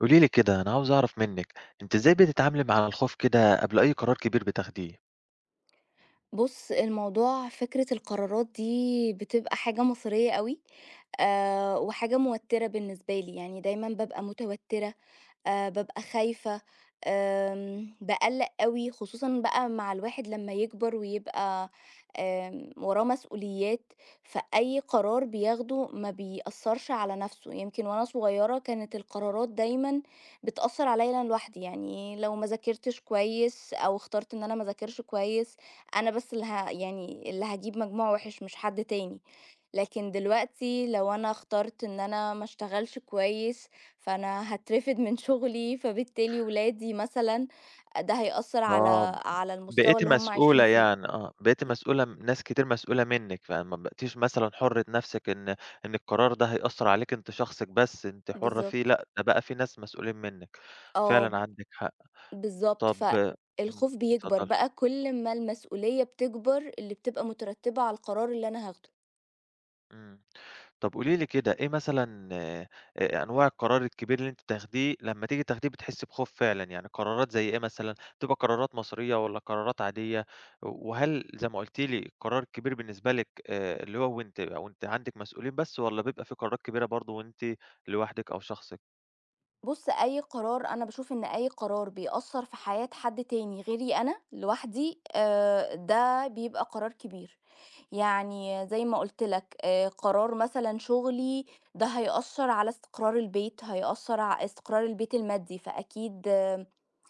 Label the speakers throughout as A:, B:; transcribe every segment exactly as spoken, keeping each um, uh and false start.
A: قولي لي كده، أنا عاوز أعرف منِّك، أنتِ إزاي بتتعاملي مع الخوف كده قبل أي قرار كبير بتاخديه؟
B: بُص، الموضوع فكرة القرارات دي بتبقى حاجة مصيرية أوي، آآ وحاجة موتِّرة بالنسبة لي، يعني دايمًا بابقى متوتِّرة آآ بابقى خايفة، آمم باقلّق أوي، خصوصًا بقى مع الواحد لمّا يكبر ويبقى آمم وراه مسؤوليات، فأي قرار بياخده ما بيأثّرش على نَفْسه، يمكن وأنا صغيرة كانت القرارات دايمًا بتأثّر عليّا أنا لوحدي، يعني لو ما ذاكرتش كويس أو اخترت إن أنا ما اذاكرش كويس، أنا بس اللي ه يعني اللي هاجيب مجموع وِحِش مش حد تاني، لكن دلوقتي لو أنا اخترت إن أنا ما اشتغلش كويس فأنا هاترفد من شغلي، فبالتالي ولادي مثلًا ده هيأثّر
A: آه،
B: على على المستوى
A: بقيتِ
B: اللي هم عايشين
A: مسؤولة
B: فيه.
A: يعني، آه، بقيتِ مسؤولة ناس كتير مسؤولة منِّك، فما بقيتيش مثلًا حُرة نَفْسِك إن إن القرار ده هيأثّر عليكِ أنتِ شخصِك بس، أنتِ حُرة فيه،
B: بالضبط.
A: لأ، ده بقى في ناس مسؤولين منِّك،
B: آه،
A: فعلًا عندِك حق.
B: بالضبط.
A: طَب إمم،
B: فالخوف بيكبر
A: اتفضّلي.
B: بقى كل ما المسؤولية بتكبر اللي بتبقى مترتبة على القرار اللي أنا هاخده.
A: إمم. طب قولي لي كده إيه مثلًا آآ أنواع القرار الكبير اللي أنتِ بتاخديه لمّا تيجي تاخديه بتحسّي بخوف فعلًا، يعني قرارات زي إيه مثلًا؟ بتبقى قرارات مصيرية والّا قرارات عادية؟ وهل زي ما قُلتِ لي القرار الكبير بالنسبة لِك آآ اللي هو وأنتِ وأنتِ عندِك مسؤولين بس والّا بيبقى في قرارات كبيرة برضه وأنتِ لوحدِك أو شخصِك؟
B: بُص، أي قرار أنا باشوف إن أي قرار بيأثّر في حياة حد تاني غيري أنا لوحدي، آآ ده بيبقى قرار كبير. يعني زي ما قُلت لك، آآ قرار مثلًا شُغلي ده هيأثّر على استقرار البيت، هيأثّر ع استقرار البيت المادي، فأكيد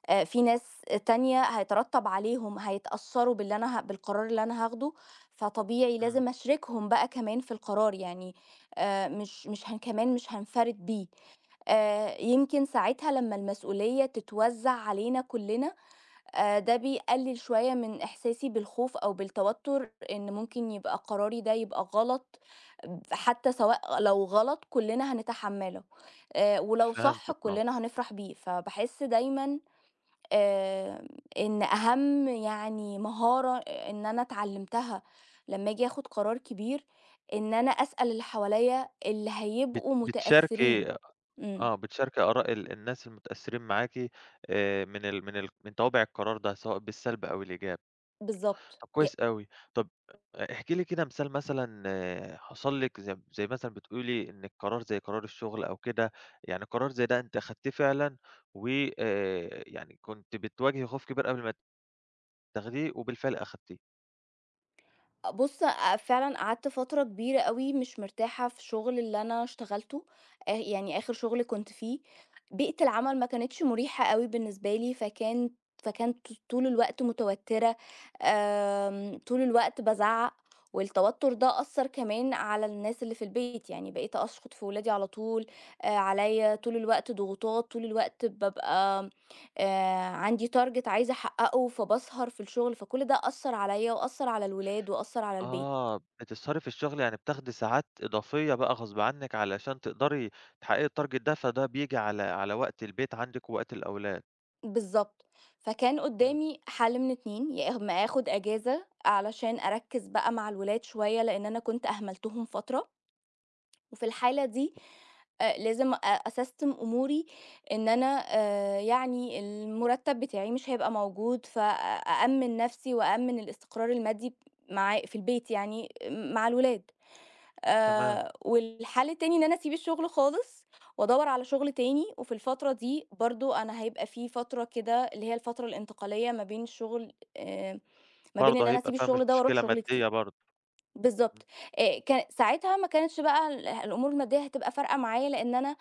B: آآ في ناس تانية هيترتّب عليهم هيتأثّروا باللي أنا ه بالقرار اللي أنا هاخده، فطبيعي
A: إمم،
B: لازم أشرِكهم بقى كمان في القرار، يعني آآ مش مش هن كمان مش هانفَرِد بيه. آآ يمكن ساعتها لمّا المسؤولية تتوزّع علينا كُلّنا، آآ ده بيقلِّل شوية من إحساسي بالخوف أو بالتوتُّر إن ممكن يبقى قراري ده يبقى غلط، ب حتّى سواء لو غلط كُلّنا هنتحمّله، آآ ولو صح
A: فهمتِك آه.
B: كُلّنا هنفرح بيه، فباحس دايمًا آآ إن أهم يعني مهارة إن أنا اتعلّمتها لمّا آجي آخُد قرار كبير، إن أنا أسأل اللي حواليّا اللي
A: بت
B: هيبقوا متأثّرين.
A: بتشاركي
B: إمم.
A: آه، بتشاركي آراء ال الناس المتأثّرين معاكِ آآ من ال من ال من توابع القرار ده سواء بالسلب أو الإيجاب.
B: بالضبط.
A: طب
B: ي
A: كويس أوي. طب احكي لي كده مثال مثلًا آه، حصل لِك زي زي مثلًا بتقولي إن القرار زي قرار الشغل أو كده، يعني قرار زي ده أنتِ أخدتيه فعلًا و آآ، يعني كنتِ بتواجهي خوف كبير قبل ما تاخديه وبالفعل أخدتيه.
B: بُص، أ فعلًا قعدت فترة كبيرة أوي مش مرتاحة في الشغل اللي أنا اشتغلته، آه يعني آخر شغل كنت فيه، بيئة العمل ما كانتش مريحة أوي بالنسبة لي، فكان فكنت طول الوقت متوترة، آمم، طول الوقت بازعّق، والتوتر ده أثّر كمان على الناس اللي في البيت، يعني بقيت أشخط في ولادي على طول، آآ، عليّا طول الوقت ضغوطات، طول الوقت بابقى آآ عندي target عايزة أحققه، فباسهر في الشغل، فكل ده أثّر عليَّ وأثّر على الولاد وأثّر على البيت.
A: آه، بتسهري في الشغل يعني بتاخدي ساعات إضافية بقى غصب عنِك علشان تقدري تحققي الtarget ده، فده بييجي على على وقت البيت عندِك ووقت الأولاد.
B: بالضبط. فكان
A: إمم،
B: قدّامي حل من اتنين يا إما آخد أجازة علشان أركّز بقى مع الولاد شوية، لإن أنا كنت أهملتهم فترة، وفي الحالة دي آآ لازم أ أسستم أموري إن أنا آآ يعني المرتب بتاعي مش هيبقى موجود، فأأمّن نفسي وأأمّن الاستقرار المادي مع في البيت يعني مع الولاد.
A: تمام،
B: آآ والحل التاني إن أنا أسيب الشغل خالص وأدوّر على شغل تاني، وفي الفترة دي برضه أنا هيبقى في فترة كده اللي هي الفترة الانتقالية ما بين الشغل آآ ما بين إن
A: برضه
B: أنا
A: هيبقى
B: أسيب
A: فيها
B: الشغل ده وأروح
A: مشكلة
B: شغل جديد.
A: مادية برضه.
B: بالضبط. آآ ك ساعتها ما كانتش بقى ال الأمور المادية هتبقى فارقة معايا لإن أنا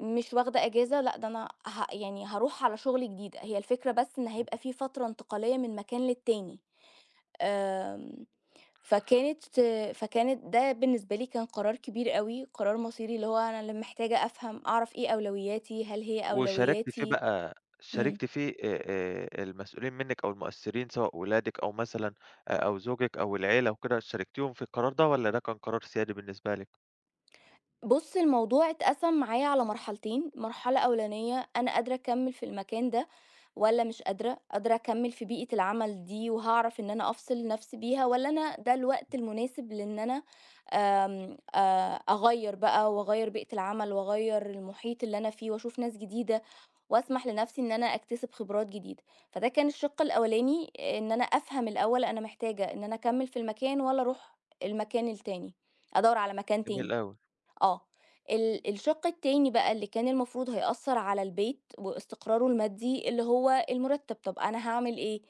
B: مش واخدة إجازة، لأ ده أنا ه يعني هاروح على شغل جديد، هي الفكرة بس إن
A: إمم.
B: هيبقى في فترة انتقالية من مكان للتاني. آمم فكانت فكانت ده بالنسبة لي كان قرار كبير أوي، قرار مصيري، اللي هو أنا اللي محتاجة أفهم أعرف إيه أولوياتي، هل هي
A: وشاركتِ فيه
B: أولوياتي
A: بقى
B: إمم.
A: شاركتِ فيه آآ، آآ، المسؤولين منِّك أو المؤثّرين سواء ولادِك أو مثلًا أ أو زوجِك أو العيلة وكده، شاركتيهم في القرار ده والّا ده كان قرار سيادي بالنسبة لِك؟
B: بُص، الموضوع اتقسم معايا على مرحلتين، مرحلة أولانية أنا قادرة أكمّل في المكان ده والّا مش قادرة، قادرة أكمّل في بيئة العمل دي وهاعرف إن أنا أفصل نفسي بيها والّا أنا ده الوقت المناسب لإن أنا آمم، آآ، أغيّر بقى وأغيّر بيئة العمل وأغيّر المحيط اللي أنا فيه وأشوف ناس جديدة وأسمح لنفسي إن أنا أكتسب خبرات جديدة. فده كان الشِق الأولاني إن أنا أفهم الأول أنا محتاجة إن أنا أكمّل في المكان والّا أروح المكان التاني، أدوّر على مكان تاني.
A: جميل أوي.
B: آه. ال الشَق التاني بقى اللي كان المفروض هيأثّر على البيت واستقراره المادي اللي هو المُرتّب، طَب أنا هاعمل إيه؟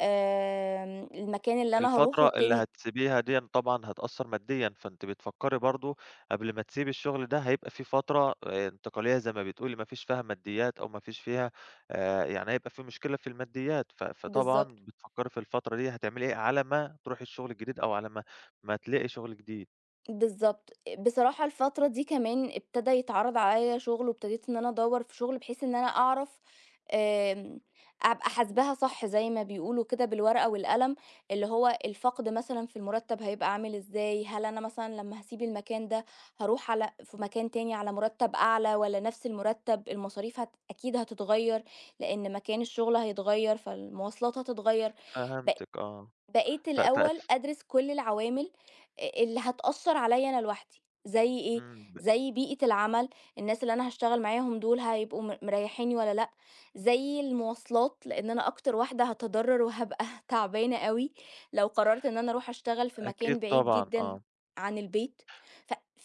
B: آمم المكان اللي أنا هاروحه
A: الفترة اللي
B: التاني
A: هتسيبيها ديًا طبعًا هتأثّر ماديًا، فأنتِ بتفكّري برضه قبل ما تسيبي الشغل ده هيبقى في فترة آآ، انتقالية زي ما بتقولي ما فيش فيها ماديات أو ما فيش فيها آآ، يعني هيبقى في مشكلة في الماديات، ف فطبعًا
B: بالضبط.
A: بتفكّري في الفترة دي هتعملي إيه على ما تروحي الشغل الجديد أو على ما ما تلاقي شغل جديد؟
B: بالضبط. بصراحة الفترة دي كمان ابتدى يتعرض عليّا شغل وابتديت إن أنا أدوّر في شغل بحيث إن أنا أعرف آمم، أبقى حاسباها صح زي ما بيقولوا كده بالورقة والقلم، اللي هو الفقد مثلًا في المرتب هيبقى عامل إزاي، هل أنا مثلًا لمّا هاسيب المكان ده هاروح على في مكان تاني على مرتب أعلى والّا نفس المرتب، المصاريف هت أكيد هتتغيّر لإن مكان الشغل هيتغيّر، فالمواصلات هتتغيّر. بقيت
A: فهمتِك آه.
B: بقيت
A: ف ف
B: الأول
A: ف
B: أدرس كل العوامل آآ اللي هتأثّر عليّا أنا لوحدي، زي إيه،
A: إمم،
B: زي بيئة العمل، الناس اللي أنا هاشتغل معاهم دول هيبقوا م مريّحينّي والّا لأ، زي المواصلات لإن أنا أكتر واحدة هاتضرّر وهابقى تعبانة أوي لو قررت إن أنا أروح أشتغل في
A: أكيد
B: مكان بعيد
A: طبعًا
B: جدًا
A: آه.
B: عن البيت،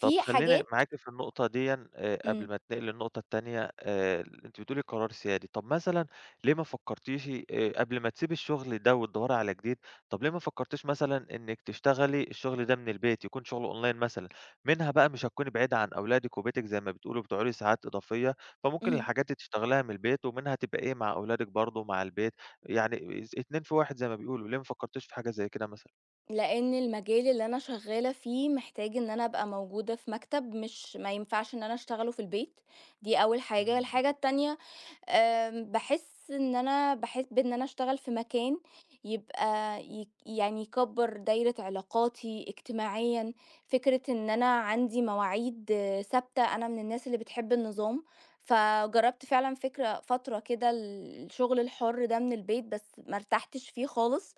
A: طب خلّيني
B: حاجات
A: معاكِ في النقطة ديًا آآ، قبل
B: إمم،
A: ما اتنقل للنقطة التانية آآ، أنتِ بتقولي قرار سيادي، طب مثلًا ليه ما فكرتيش آآ، قبل ما تسيبي الشغل ده وتدوّري على جديد، طب ليه ما فكرتيش مثلًا إنِّك تشتغلي الشغل ده من البيت، يكون شغل أونلاين مثلًا، منها بقى مش هتكوني بعيدة عن أولادِك وبيتِك زي ما بتقولي وبتقعدي ساعات إضافية، فممكن
B: اهم.
A: الحاجات دي تشتغليها من البيت، ومنها تبقى إيه مع أولادِك برضه مع البيت، يعني ز اتنين في واحد زي ما بيقولوا، ليه ما فكرتيش في حاجة زي كده مثلًا؟
B: لأن المجال اللي أنا شغّالة فيه محتاج إن أنا أبقى موجودة في مكتب، مش ما ينفعش إن أنا أشتغله في البيت، دي أول حاجة.
A: إمم.
B: الحاجة التانية آمم، باحس إن أنا باحب إن أنا أشتغل في مكان يبقى يك يعني يكبّر دايرة علاقاتي اجتماعيًا، فكرة إن أنا عندي مواعيد آه، ثابتة، أنا من الناس اللي بتحب النظام، فجرّبت فعلًا فكرة فترة كده الشغل الحُر ده من البيت، بس ما ارتحتش فيه خالص،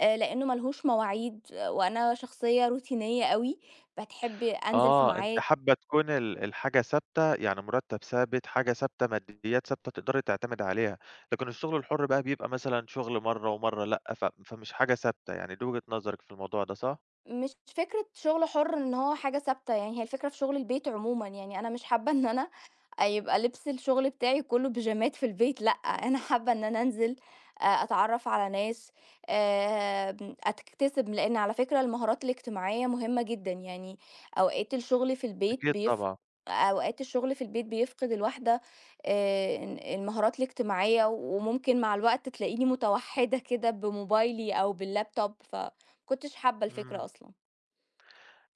B: آآ لإنه ما لهوش مواعيد، آه، وأنا شخصية روتينية أوي، بتحب أنزل في
A: آه، أنتِ
B: ميعاد،
A: حابة تكون ال الحاجة ثابتة، يعني مرتّب ثابت، حاجة ثابتة، ماديات ثابتة تقدري تعتمدي عليها، لكن الشغل الحُر بقى بيبقى مثلًا شغل مرّة ومرّة لأ، ف فمش حاجة ثابتة، يعني دي وجهة نظرِك في الموضوع ده صح؟
B: مش فكرة شغل حُر إن هو حاجة ثابتة، يعني هي الفكرة في شغل البيت عمومًا، يعني أنا مش حابة إن أنا آآ يبقى لبس الشغل بتاعي كلّه بيجامات في البيت، لأ، أنا حابة إن أنا أنزل أ أتعرّف على ناس، آمم أكتسب لإن على فكرة المهارات الاجتماعية مهمة جدًا، يعني أوقات الشغل في البيت
A: أكيد
B: بيف
A: طبعًا،
B: أوقات الشغل في البيت بيفقد الواحدة آآ ال المهارات الاجتماعية، وممكن مع الوقت تلاقيني متوحِّدة كده بموبايلي أو بالlaptop، فما كنتش حابة الفكرة
A: إمم.
B: أصلًا.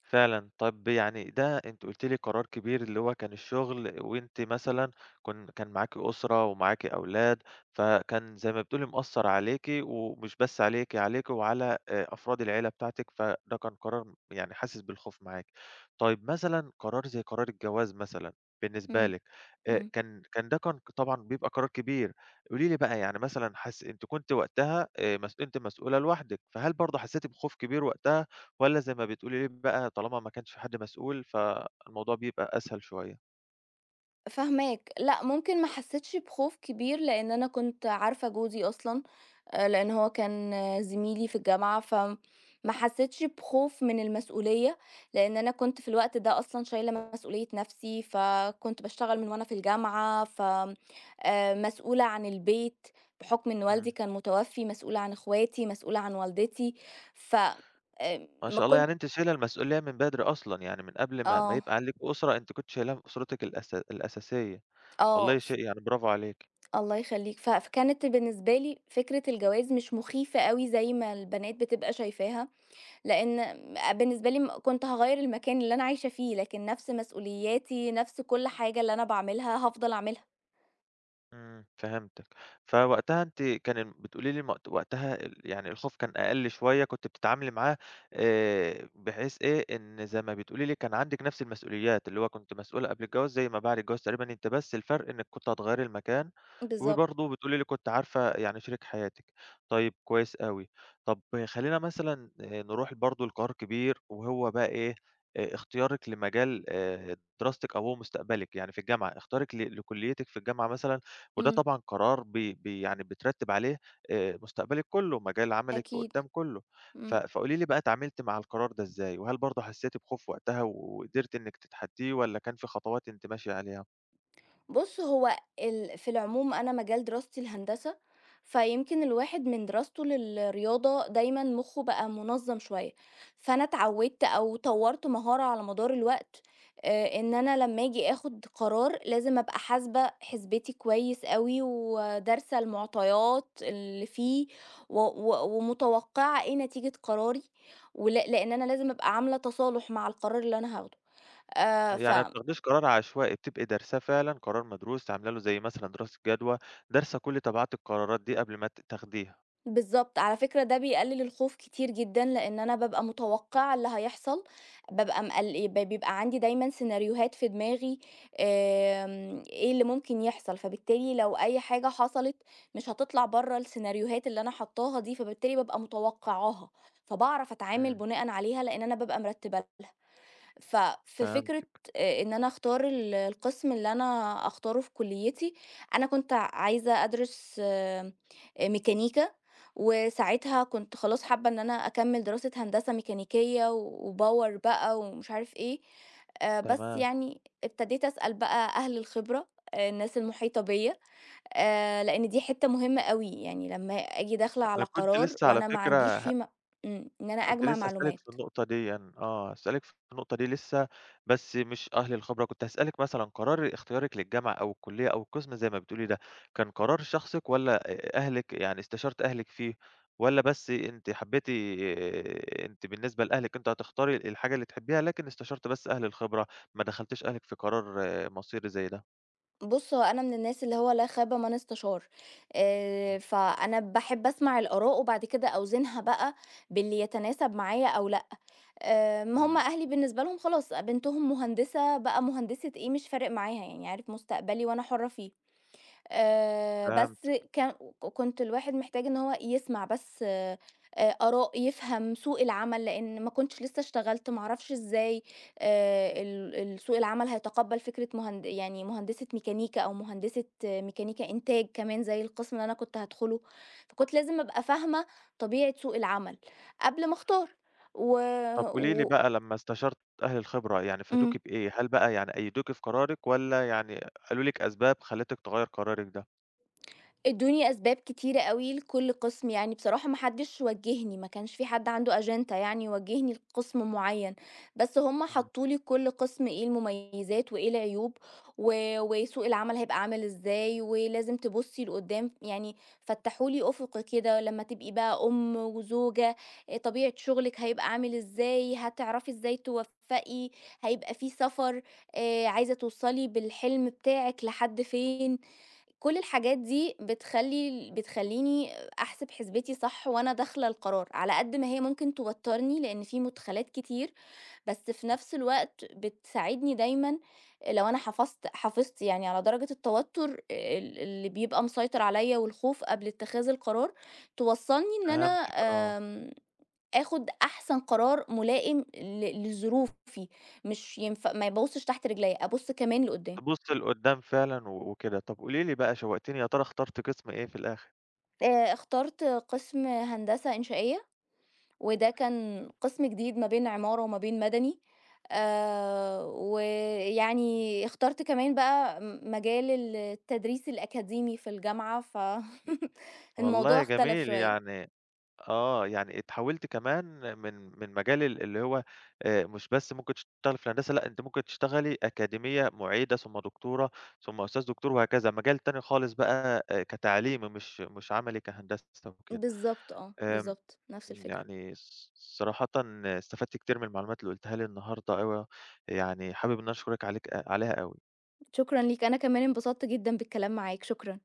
A: فعلًا. طَب يعني ده أنتِ قُلتِ لي قرار كبير اللي هو كان الشغل وأنتِ مثلًا كن كان معاكِ أسرة ومعاكِ أولاد، فكان زي ما بتقولي مأثّر عليكِ ومش بس عليكِ، عليكِ وعلى آآ أفراد العيلة بتاعتِك، فده كان قرار يعني حاسس بالخوف معاكِ. طيب مثلًا قرار زي قرار الجواز مثلًا بالنسبة
B: إمم،
A: لِك، آآ
B: إمم.
A: كان كان ده كان طبعًا بيبقى قرار كبير. قولي لي بقى يعني مثلًا حس أنتِ كنتِ وقتها آآ مس أنتِ مسؤولة لوحدِك، فهل برضه حسّيتِ بخوف كبير وقتها والّا زي ما بتقولي لي بقى طالما ما كانش في حد مسؤول، فالموضوع بيبقى أسهل شوية.
B: فاهماك، لأ ممكن ما حسيتش بخوف كبير لإن أنا كنت عارفة جوزي أصلًا، آآ لإن هو كان آه، زميلي في الجامعة، فما حسيتش بخوف من المسؤولية، لإن أنا كنت في الوقت ده أصلًا شايلة مسؤولية نفسي، فكنت باشتغل من وأنا في الجامعة، ف آآ مسؤولة عن البيت بحكم إن والدي
A: إمم.
B: كان متوفي، مسؤولة عن إخواتي، مسؤولة عن والدتي، ف آآ
A: ما
B: ما
A: شاء الله
B: كنت
A: يعني أنتِ شايلة المسؤولية من بدري أصلًا، يعني من قبل ما ما
B: آه،
A: يبقى عليكِ أسرة أنتِ كنتِ شايلاها من أسرتِك الأس الأساسية. والله
B: آه.
A: شيء يعني برافو عليكِ.
B: الله يخلّيك، ف فكانت بالنسبة لي فكرة الجواز مش مخيفة أوي زي ما البنات بتبقى شايفاها، لإن م بالنسبة لي م كنت هاغيّر المكان اللي أنا عايشة فيه، لكن نفس مسؤولياتي، نفس كل حاجة اللي أنا باعملها هافضل أعملها.
A: إمم، فهمتِك. فوقتها أنتِ كان ال بتقولي لي مق وقتها ال يعني الخوف كان أقل شوية، كنتِ بتتعاملي معاه آآ بحيث إيه، إن زي ما بتقولي لي كان عندِك نفس المسؤوليات، اللي هو كنتِ مسؤولة قبل الجواز زي ما بعد الجواز تقريبًا، أنتِ بس الفرق إنِّك كنتِ هتغيّري المكان،
B: بالضبط،
A: وبرضه بتقولي لي كنتِ عارفة يعني شريك حياتِك. طيب كويس أوي. طب خلّينا مثلًا آآ نروح برضه لقرار كبير وهو بقى إيه، آآ اختيارِك لمجال آآ دراستِك أو هو مستقبلِك، يعني في الجامعة، اختيارِك ل لكُلّيتِك في الجامعة مثلًا وده
B: إمم،
A: طبعًا قرار بي بي يعني بترتِّب عليه آآ مستقبلِك كُلّه، مجال عملِك
B: أكيد،
A: وقدّام كُلّه. ف
B: إمم.
A: فقولي لي بقى اتعاملتِ مع القرار ده إزاي؟ وهل برضه حسّيتِ بخوف وقتها وقدرتِ إنِّك تتحدّيه والّا كان في خطوات أنتِ ماشية عليها؟
B: بُص، هو ال في العموم أنا مجال دراستي الهندسة، فيمكن الواحد من دراسته للرياضة دايمًا مُخّه بقى منظَّم شوية، فأنا اتعوِّدت أو طوّرت مهارة على مدار الوقت آآ إن أنا لمّا آجي آخُد قرار لازم أبقى حاسبة حسبتي كويس أوي ودارسة المعطيات اللي فيه و و ومتوقِّعة إيه نتيجة قراري، ولا لإن أنا لازم أبقى عاملة تصالُح مع القرار اللي أنا هاخده. آآ ف
A: يعني ما بتاخديش قرار عشوائي، بتبقي دارساه فعلًا، قرار مدروس عاملة له زي مثلًا دراسة جدوى، دارسة كل تبعات القرارات دي قبل ما ت تاخديها.
B: بالضبط، على فكرة ده بيقلل الخوف كتير جدًا، لإن أنا بابقى متوقعة اللي هيحصل، بابقى مقل ب بيبقى عندي دايمًا سيناريوهات في دماغي آمم، إيه اللي ممكن يحصل، فبالتالي لو أي حاجة حصلت مش هتطلع برّه السيناريوهات اللي أنا حاطاها دي، فبالتالي بابقى متوقعاها، فباعرف أتعامل
A: إمم،
B: بناءً عليها لإن أنا بابقى مرتبة ففي فكرة
A: فهمتِك،
B: آآ إن أنا أختار ال القسم اللي أنا أختاره في كُلّيتي، أنا كنت عايزة أدرس آآ ميكانيكا، وساعتها كنت خلاص حابة إن أنا أكمّل دراسة هندسة ميكانيكية وpower بقى ومش عارف إيه، آآ بس
A: تمام.
B: يعني ابتديت أسأل بقى أهل الخبرة، آه، الناس المحيطة بيّا، آآ لإن دي حتّة مهمة أوي، يعني لمّا آجي داخلة على
A: أنا كنت
B: قرار
A: لسه على
B: وأنا ما
A: فكرة
B: عنديش
A: ه
B: فيه م إمم، إن أنا
A: كنت
B: أجمع
A: لسه هاسألِك
B: معلومات.
A: في النقطة ديًّا، آه، هاسألِك في النقطة دي لسه، بس مش أهل الخبرة، كنت هاسألِك مثلًا قرار اختيارِك للجامعة أو الكلية أو القسم زي ما بتقولي ده، كان قرار شخصِك والّا أ أهلِك يعني استشارة أهلِك فيه، والّا بس أنتِ حبيتِ أنتِ بالنسبة لأهلِك أنتِ هتختاري الحاجة اللي تحبيها، لكن استشرتِ بس أهل الخبرة، ما دخلتيش أهلِك في قرار آه، مصيري زي ده؟
B: بُص، هو أنا من الناس اللي هو لا خاب من استشار، آآ، فأنا باحب أسمع الآراء وبعد كده أوزنها بقى باللي يتناسب معايا أو لأ، آمم، هم
A: إمم،
B: أهلي بالنسبة لهم خلاص بنتهم مهندسة بقى مهندسة إيه مش فارق معاها يعني عارف مستقبلي وأنا حرة فيه. آآ بس
A: فهمت.
B: كان ك كنت الواحد محتاج إن هو يسمع بس آآ آراء، يفهم سوق العمل، لإن ما كنتش لسه اشتغلت، ما أعرفش إزاي آآ ال ال سوق العمل هيتقبّل فكرة مهند يعني مهندسة ميكانيكا أو مهندسة آه، ميكانيكا إنتاج كمان زي القسم اللي أنا كنت هادخله، فكنت لازم أبقى فاهمة طبيعة سوق العمل قبل ما أختار و
A: طب قولي لي
B: و
A: بقى لمّا استشرتِ أهل الخبرة، يعني
B: إمم.
A: فادوكِ بإيه؟ هل بقى يعني أيّدوكِ في قرارِك والّا يعني قالوا لِك أسباب خلّتِك تغيّر قرارِك ده؟
B: ادوني أسباب كتيرة أوي لكل قسم، يعني بصراحة ما حدش وجّهني، ما كانش في حد عنده أجندة يعني يوجّهني لقسم معيّن، بس هم
A: إمم،
B: حطّوا لي لكل قسم إيه المميزات وإيه العيوب و وسوق العمل هيبقى عامل إزاي، ولازم تبُصّي لقدّام، يعني فتّحوا لي أُفُق كده لمّا تبقي بقى أم وزوجة، آآ طبيعة شغلِك هيبقى عامل إزاي، هتعرفي إزاي توفّقي، هيبقى في سَفَر، آآ عايزة توصّلي بالحلم بتاعِك لحد فين، كل الحاجات دي بتخلّي بتخلّيني أحسب حسبتي صح وأنا داخلة القرار، على قد ما هي ممكن توتّرني لإن في مدخلات كتير، بس في نفس الوقت بتساعدني دايمًا لو أنا حفظت حافظت يعني على درجة التوتر ال اللي بيبقى مسيطر عليَّ والخوف قبل اتخاذ القرار، توصّلني إن أنا
A: فهمتِك آه،
B: آمم آخُد أحسن قرار ملائم ل لظروفي، مش ينف ما ابُصّش تحت رجليّا، أبُص كمان لقدّام.
A: تبُصّي لقدّام فعلًا و وكده. طب قولي لي بقى شوّقتيني، يا ترى اخترتِ قسم إيه في الآخر؟
B: آآ اخترت قسم هندسة إنشائية وده كان قسم جديد ما بين عمارة وما بين مدني آآ، ويعني اخترت كمان بقى م مجال ال التدريس الأكاديمي في الجامعة ف الموضوع
A: والله
B: اختلف
A: جميل
B: شوية.
A: يعني آه، يعني اتحولت كمان من من مجال ال اللي هو آآ مش بس ممكن تشتغلي في الهندسة، لأ أنتِ ممكن تشتغلي أكاديمية، معيدة، ثم دكتورة، ثم أستاذ دكتور وهكذا، مجال تاني خالص بقى آآ كتعليم مش مش عملي كهندسة وكده.
B: بالضبط آه،
A: آمم،
B: بالضبط، نفس الفكرة.
A: يعني الص صراحةً استفدت كتير من المعلومات اللي قُلتيها لي النهارده أوي، يعني حابب إن أنا أشكرِك عليك آه، عليها أوي.
B: شكرًا ليك، أنا كمان انبسطت جدًا بالكلام معاك، شكرًا.